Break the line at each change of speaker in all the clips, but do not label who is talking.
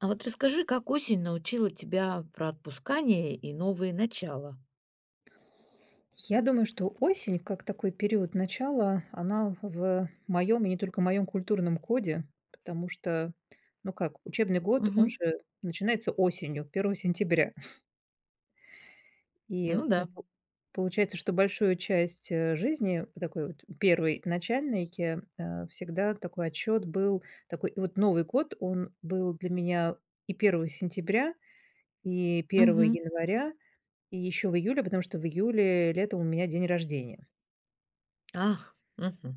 А вот расскажи, как осень научила тебя про отпускание и новые начала?
Я думаю, что осень, как такой период начала, она в моем, и не только моем, культурном коде, потому что, ну как, учебный год, он
Мгм.
же начинается осенью, первого сентября. И
Ну да.
получается, что большую часть жизни, такой вот первый начальный, я, всегда такой отчет был, такой, и вот Новый год, он был для меня и первого сентября, и первого
Мгм.
января, и еще в июле, потому что в июле летом у меня день рождения.
Ах, мгм.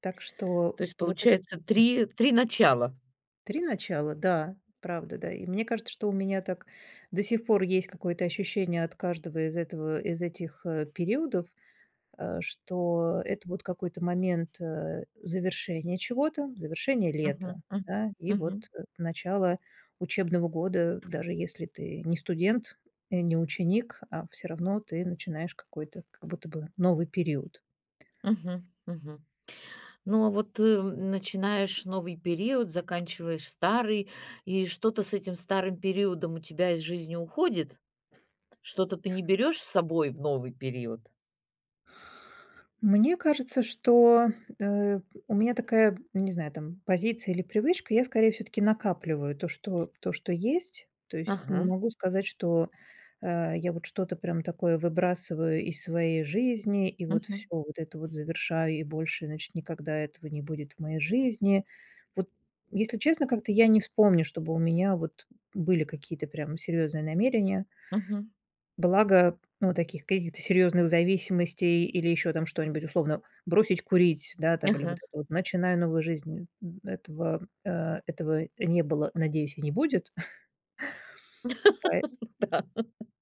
Так что
То есть,
вот это
получается,
да,
три начала.
3 начала, да, правда, да. И мне кажется, что у меня так до сих пор есть какое-то ощущение от каждого из этих, периодов, что это вот какой-то момент, завершения чего-то, завершения
Мгм,
лета,
м.
да, и вот,
Мгм,
начало учебного года, даже если ты не студент, не ученик, а все равно ты начинаешь какой-то как будто бы новый период.
мгм, мгм. Ну, а вот, начинаешь новый период, заканчиваешь старый, и что-то с этим старым периодом у тебя из жизни уходит? Что-то ты не берешь с собой в новый период?
Мне кажется, что, э, у меня такая, не знаю, там, позиция или привычка. Я скорее всё-таки накапливаю то, что есть. То есть не
Ага.
могу сказать, что, я вот что-то прям такое выбрасываю из своей жизни и вот все
Мгм,
вот это вот завершаю, и больше, значит, никогда этого не будет в моей жизни. Вот, если честно, как-то я не вспомню, чтобы у меня вот были какие-то прям серьезные намерения.
мгм.
Благо, ну, таких каких-то серьезных зависимостей или еще там что-нибудь, условно, бросить курить, да, там, или вот
Ага.
это вот "начинаю новую жизнь", этого не было, надеюсь, и не будет. Пое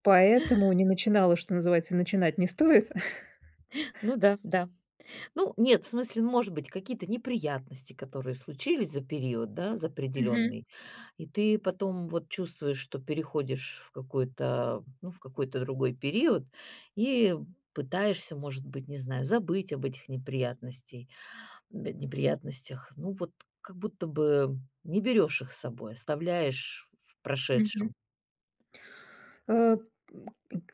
поэтому не начинала, что называется, начинать не стоит.
Ну да, да. Ну, нет, в смысле, может быть, какие-то неприятности, которые случились за период, да, за
Мгм.
определенный, и ты потом вот чувствуешь, что переходишь в какой-то, ну, в какой-то другой период и пытаешься, может быть, не знаю, забыть об этих неприятностях. Ну, вот как будто бы не берешь их с собой, оставляешь в
Мгм.
прошедшем.
Э,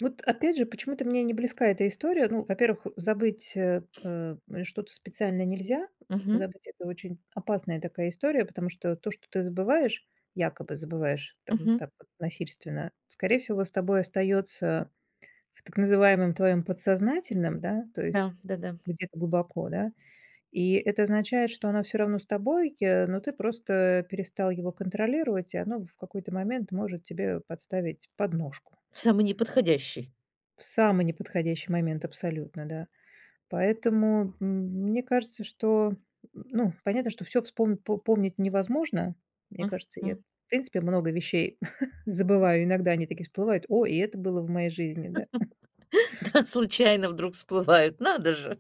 вот опять же, почему-то мне не близка эта история. Ну, во-первых, забыть, что-то специально нельзя.
Мгм.
Забыть — это очень опасная такая история, потому что то, что ты забываешь, якобы забываешь там
Мгм.
так вот насильственно, скорее всего, с тобой остается в так называемом твоем подсознательном, да, то есть
Да, да, да.
где-то глубоко, да. И это означает, что оно все равно с тобой, но ты просто перестал его контролировать, и оно в какой-то момент может тебе подставить подножку.
В самый неподходящий.
В самый неподходящий момент абсолютно, да. Поэтому, мне кажется, что, ну, понятно, что все вспом помнить невозможно. Мне кажется, я, в
Мгм.
принципе, много вещей забываю. Иногда они такие всплывают: "О, и это было в моей жизни", да.
Да, случайно вдруг всплывают. Надо же,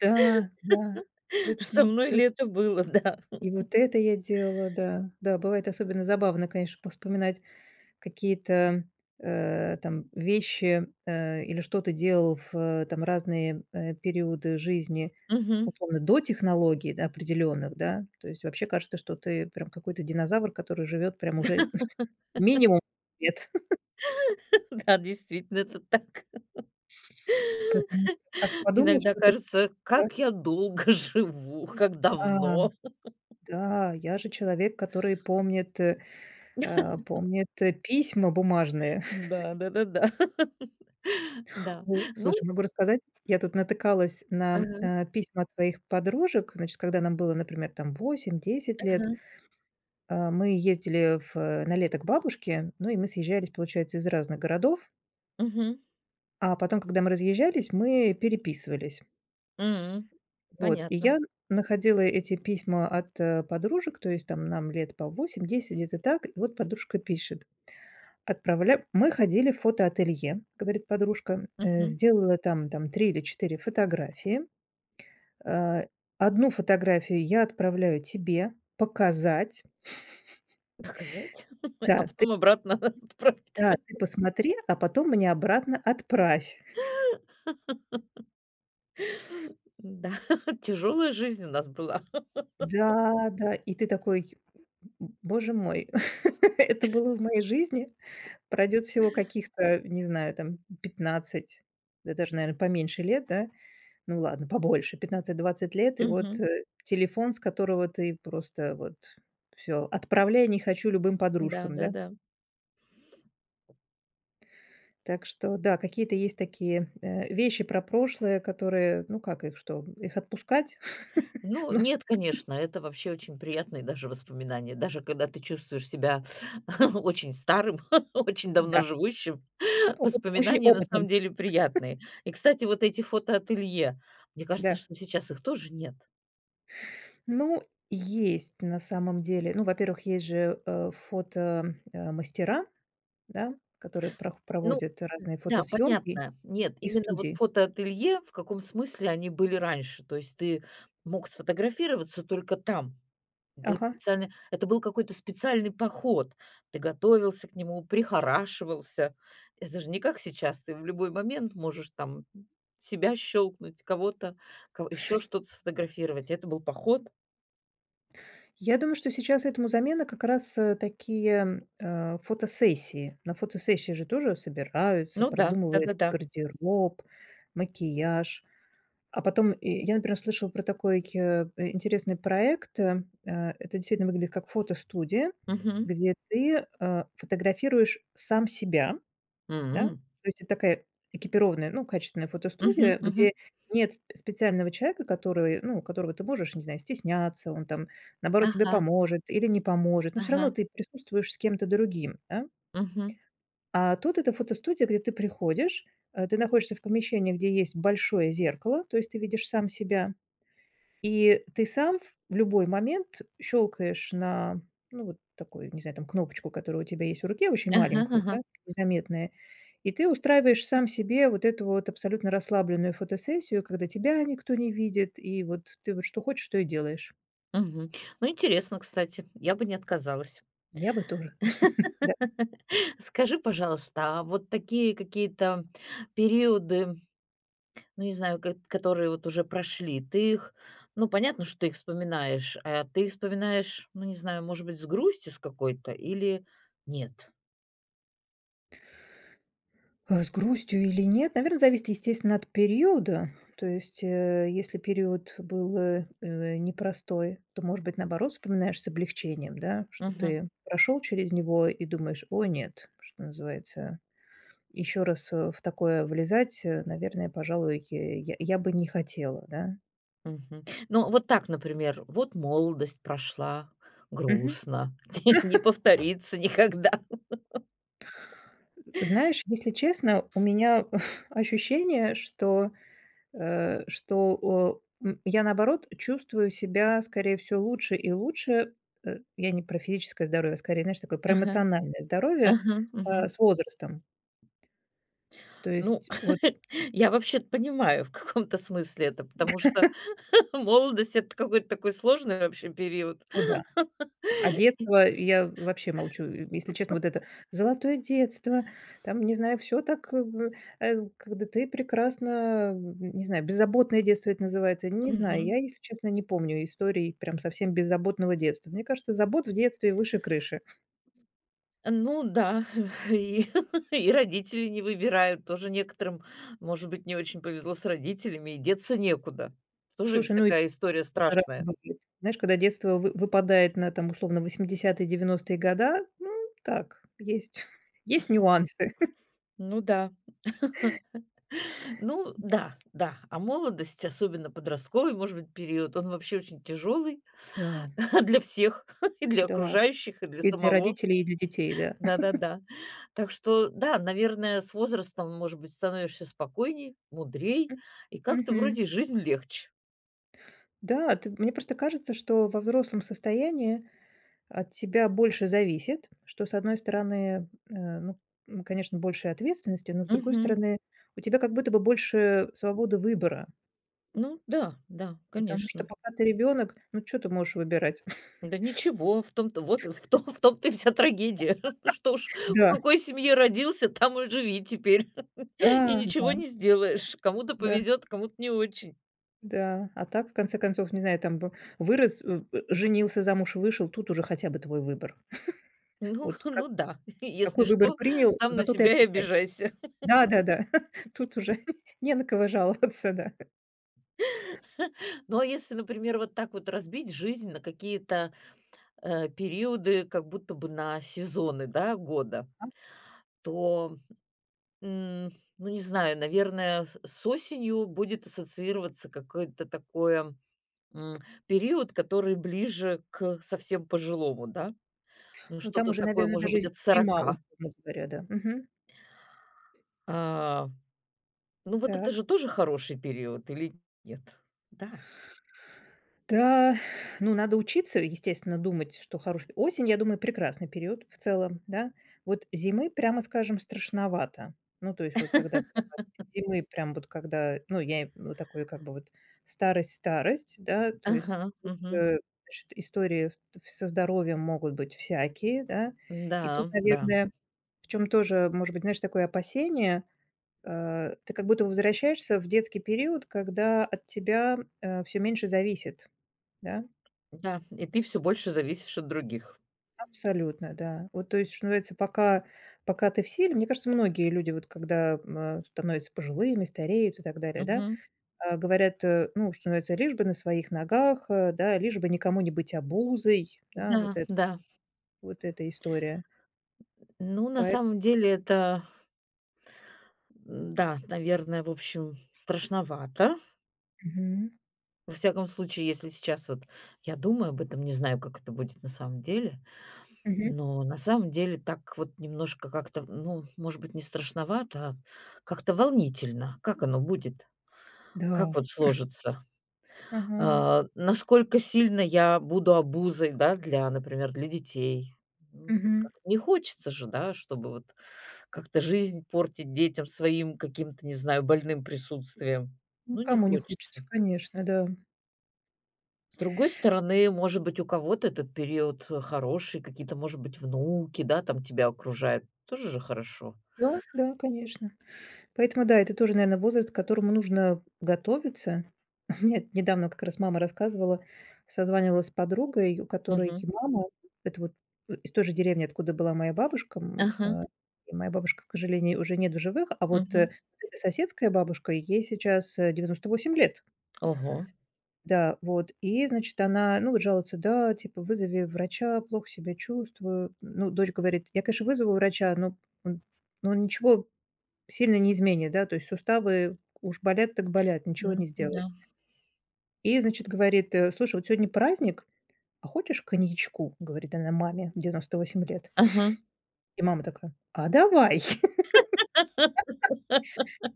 Да, да,
со
точно,
мной
точно.
лето было, да.
И вот это я делала, да. Да, бывает особенно забавно, конечно, вспоминать. Какие-то, там вещи, или что ты делал в, там разные, периоды жизни,
Мгм.
условно, до технологий, да, определенных, да? То есть вообще кажется, что ты прям какой-то динозавр, который живет прям уже минимум лет.
Да, действительно, это так.
Потому что как подумаешь,
Иногда
что ты
кажется, как я долго живу, как
да,
давно.
да, я же человек, который помнит письма бумажные.
Да, да-да-да. Да. Да. Да.
Ой, слушай,
Ну
могу рассказать. Я тут натыкалась на,
ага,
письма от своих подружек. Значит, когда нам было, например, там 8–10 лет,
ага.
а, мы ездили на лето к бабушке, ну, и мы съезжались, получается, из разных городов.
Мгм.
А потом, когда мы разъезжались, мы переписывались.
М.
Вот, и
Понятно.
я находила эти письма от, подружек, то есть там нам лет по 8–10, где-то так. И вот подружка пишет: "Отправля мы ходили в фотоателье, говорит подружка,
Мгм.
сделала там 3 или 4 фотографии, Э, 1 фотографию я отправляю тебе показать.
Показать, а
Да, ты
потом обратно отправить.
да, ты посмотри, а потом мне обратно отправь.
Да, тяжелая жизнь у нас была.
Да, да. И ты такой: "М, боже мой, это было в моей жизни". Пройдет всего каких-то, не знаю, там 15, да даже, наверное поменьше лет, да? Ну ладно, побольше, 15–20 лет, и вот,
Мгм.
телефон, с которого ты просто вот все "Отправляй, не хочу", любым подружкам, да?
Да-да-да.
Так что да, какие-то есть такие, вещи про прошлое, которые, ну, как их что, их отпускать?
Ну,
Ну
нет, конечно, это вообще очень приятные даже воспоминания. Даже когда ты чувствуешь себя очень старым, очень давно
да,
живущим,
опыт очень
воспоминания на
опытным,
самом деле приятные. И, кстати, вот эти фотоателье, мне кажется,
да.
что сейчас их тоже нет.
Ну, есть на самом деле. Ну, во-первых, есть же, фото, мастера, да, которые прох
Ну,
проводят разные
да,
фотосъемки
понятно. Нет,
и
именно вот
студии.
фотоателье, в каком смысле они были раньше. То есть ты мог сфотографироваться только там. Да и
Ага.
специально это был какой-то специальный поход. Ты готовился к нему, прихорашивался. Это же не как сейчас. Ты в любой момент можешь там себя щелкнуть, кого-то, еще что-то сфотографировать. Это был поход.
Я думаю, что сейчас этому замена как раз, такие, фотосессии. На фотосессии же тоже собираются,
Ну да,
продумывают
да-да-да.
гардероб, макияж. А потом, и я, например, слышала про такой, интересный проект. Это действительно выглядит как фотостудия,
Мгм.
где ты, фотографируешь сам себя, да.
М.
То есть это такая экипированная, ну, качественная фотостудия,
Мгм, мгм.
где нет специального человека, который, ну, которого ты можешь, не знаю, стесняться, он там, наоборот, тебе
Ага,
поможет или не поможет, но все
ага.
равно ты присутствуешь с кем-то другим, да.
Мгм.
А тут это фотостудия, где ты приходишь, ты находишься в помещении, где есть большое зеркало, то есть ты видишь сам себя. И ты сам в любой момент щелкаешь на, ну, вот такую, не знаю, там кнопочку, которая у тебя есть в руке, очень
Ага,
маленькую, да,
ага.
незаметная. И ты устраиваешь сам себе вот эту вот абсолютно расслабленную фотосессию, когда тебя никто не видит, и вот ты вот что хочешь, что и делаешь.
Мгм. Ну, интересно, кстати, я бы не отказалась.
Я бы тоже.
Скажи, пожалуйста, а вот такие какие-то периоды. Ну, не знаю, которые вот уже прошли. Ты их ну, понятно, что ты их вспоминаешь, а ты их вспоминаешь, ну, не знаю, может быть, с грустью с какой-то или нет?
С грустью или нет? Наверное, зависит, естественно, от периода. То есть, если период был, непростой, то, может быть, наоборот, вспоминаешь с облегчением, да, что
Мгм,
ты прошел через него и думаешь: "О нет", что называется, еще раз, в такое влезать, наверное, пожалуй, я бы не хотела, да.
мгм. Ну, вот так, например: "Вот молодость прошла
Мгм.
грустно, не повторится никогда".
Знаешь, если честно, у меня ощущение, что я, наоборот, чувствую себя, скорее всего, лучше и лучше. Я не про физическое здоровье, а скорее, знаешь, такое про
Ага,
эмоциональное здоровье,
ага, мгм.
с возрастом. То
Ну,
есть вот,
я вообще понимаю в каком-то смысле это, потому что молодость- это какой-то такой сложный вообще период.
о да. А детство я вообще молчу. И, если честно, вот это золотое детство, там, не знаю, все так, когда ты прекрасно, не знаю, беззаботное детство это называется. Не знаю, я, если честно, не помню истории прям совсем беззаботного детства. Мне кажется, забот в детстве выше крыши.
Ну да, и и родители не выбирают. Тоже некоторым, может быть, не очень повезло с родителями, и деться некуда. Тоже ведь
Слушай, ну и
такая история
разный
страшная.
бывает. Знаешь, когда детство вы выпадает на, там, условно, 80-е девяностые года, ну, так, есть есть нюансы.
Ну да. Ну да, да. А молодость, особенно подростковый, может быть, период, он вообще очень тяжелый
Да,
для всех, и для
да.
окружающих, и для
И для
самого.
родителей, и для детей, да.
Да-да-да. Так что, да, наверное, с возрастом, может быть, становишься спокойней, мудрей, и как-то
Мгм.
вроде жизнь легче.
Да, ты мне просто кажется, что во взрослом состоянии от тебя больше зависит, что, с одной стороны, ну, конечно, больше ответственности, но, с другой
Мгм.
стороны, у тебя как будто бы больше свободы выбора,
Ну да, да,
потому что
конечно.
пока ты ребенок, ну, что ты можешь выбирать?
Да ничего, в том-то вот в том в том-то и вся трагедия. Ну что уж в
Да.
какой семье родился, там и живи теперь, и
Да, да,
ничего не сделаешь. Кому-то
да,
повезет, кому-то не очень.
да. А так, в конце концов, не знаю, там бы вырос, женился, замуж вышел, тут уже хотя бы твой выбор.
Ну
Вот как
ну да, если
какой выбор
что,
принял,
сам
за
на
тот и
себя и
отвечай.
обижайся.
Да-да-да, тут уже не на кого жаловаться, да.
Ну, а если, например, вот так вот разбить жизнь на какие-то, периоды, как будто бы на сезоны, да, года,
А,
то М, ну, не знаю, наверное, с осенью будет ассоциироваться какой-то такое, период, который ближе к совсем пожилому, да. Ну,
ну, там
что-то
уже,
такое,
наверное,
может
даже
быть,
з
от
зима,
сорока.
условно говоря, да. Мгм.
А, ну, вот это
Так.
же тоже хороший период или нет? Да.
Да, ну, надо учиться, естественно, думать, что хороший. Осень, я думаю, прекрасный период в целом, да. Вот зимы, прямо скажем, страшновато. Ну, то есть вот когда прямо зимы, прям вот когда, ну, я, вот такой как бы вот старость-старость, да, то есть
Ага,
тут,
мгм.
значит, истории со здоровьем могут быть всякие, да. И тут,
Да, да,
наверное, в чем тоже, может быть, знаешь, такое опасение, ты как будто возвращаешься в детский период, когда от тебя все меньше зависит, да.
да. И ты все больше зависишь от других.
Абсолютно, да. Вот, то есть, что называется, пока, пока ты в силе, мне кажется, многие люди, вот когда становятся пожилыми, стареют и так далее, да,
Мгм.
говорят, ну, что называется, лишь бы на своих ногах, да, лишь бы никому не быть обузой, да, вот
Да,
это,
да.
вот эта история.
Ну, на
Поэт-
самом деле это, да, наверное, в общем, страшновато. Во всяком случае, если сейчас вот я думаю об этом, не знаю, как это будет на самом деле, но на самом деле так вот немножко как-то, ну, может быть, не страшновато, а как-то волнительно. Как оно будет?
Да.
Как вот сложится?
Ага.
А, насколько сильно я буду обузой, да, для, например, для детей?
Мгм.
Как-то не хочется же, да, чтобы вот как-то жизнь портить детям своим каким-то, не знаю, больным присутствием.
Ну,
Ну, не
кому не хочется,
хочется.
конечно, да.
С другой стороны, может быть, у кого-то этот период, хороший, какие-то, может быть, внуки, да, там тебя окружают. Тоже же хорошо.
Да, да, конечно. Поэтому да, это тоже, наверное, возраст, к которому нужно готовиться. У меня недавно как раз мама рассказывала, созванивалась с подругой, у которой
Мгм.
мама, это вот из той же деревни, откуда была моя бабушка,
Ага.
и моя бабушка, к сожалению, уже нет в живых, а вот,
Мгм.
эта соседская бабушка, ей сейчас, 98 лет.
Ого.
Да, вот, и, значит, она, ну, вот жалуется: "Да, типа, вызови врача, плохо себя чувствую". Ну, дочь говорит: "Я, конечно, вызову врача, он но он ничего сильно не изменит, да, то есть суставы уж болят так болят, ничего
М,
не
да.
сделаешь. И, значит, говорит: "Слушай, вот сегодня праздник, а хочешь коньячку?" Говорит она маме 98 лет.
Ага.
И мама такая: "А давай!"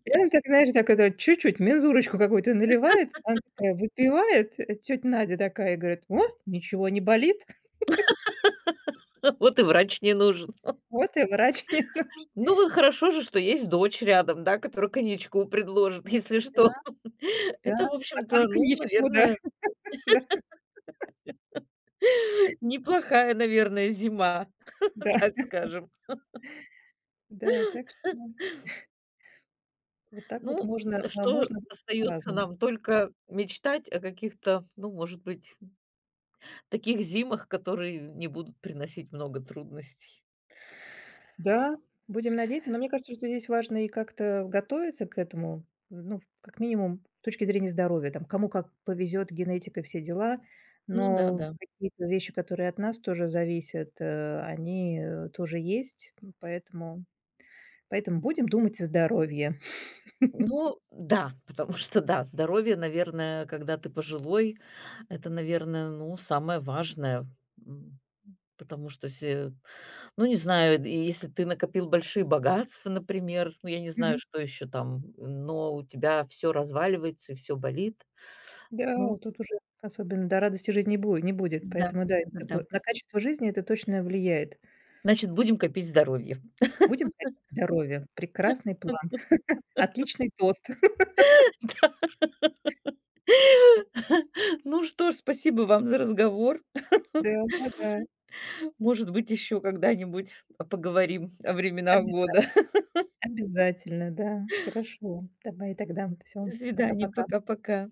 И она так, знаешь, так это чуть-чуть мензурочку какую-то наливает, она такая выпивает, Тетя Надя такая говорит: "О, ничего не болит,
Вот и врач не нужен.
вот и врач не нужен".
Ну, вот хорошо же, что есть дочь рядом, да, которая коньячку предложит, если что.
Да,
Это, в
стакан
общем-то, ну,
коньячку, да,
наверное,
да,
неплохая, наверное, зима,
да,
так скажем.
да. Так что ну, вот так вот
Ну,
можно, а,
что
можно
остается
по-разному.
нам? Только мечтать о каких-то, ну, может быть, таких зимах, которые не будут приносить много трудностей.
Да, будем надеяться. Но мне кажется, что здесь важно и как-то готовиться к этому, ну, как минимум, с точки зрения здоровья, там, кому как повезет, генетика, все дела.
Ну да,
Но
да.
какие-то вещи, которые от нас тоже зависят, они тоже есть. Поэтому будем думать о здоровье.
Ну да, потому что да, здоровье, наверное, когда ты пожилой, это, наверное, ну, самое важное. М, потому что се ну, не знаю, и если ты накопил большие богатства, например, ну, я не знаю,
Мгм.
что еще там, но у тебя все разваливается и все болит.
Да,
Ну
тут уже особенно до радости жизни не будет, не будет.
да,
Поэтому да, это такое,
да-да-да.
на качество жизни это точно влияет.
Значит, будем копить здоровье.
Будем хотеть здоровья. Прекрасный план. Отличный тост.
Ну что ж, спасибо вам за разговор.
Да, да. Да.
Может быть, еще когда-нибудь, поговорим о временах года.
Обязательно. Обязательно, да. Хорошо. Давай тогда.
До
Всё.
свидания,
Пока-пока.
пока-пока.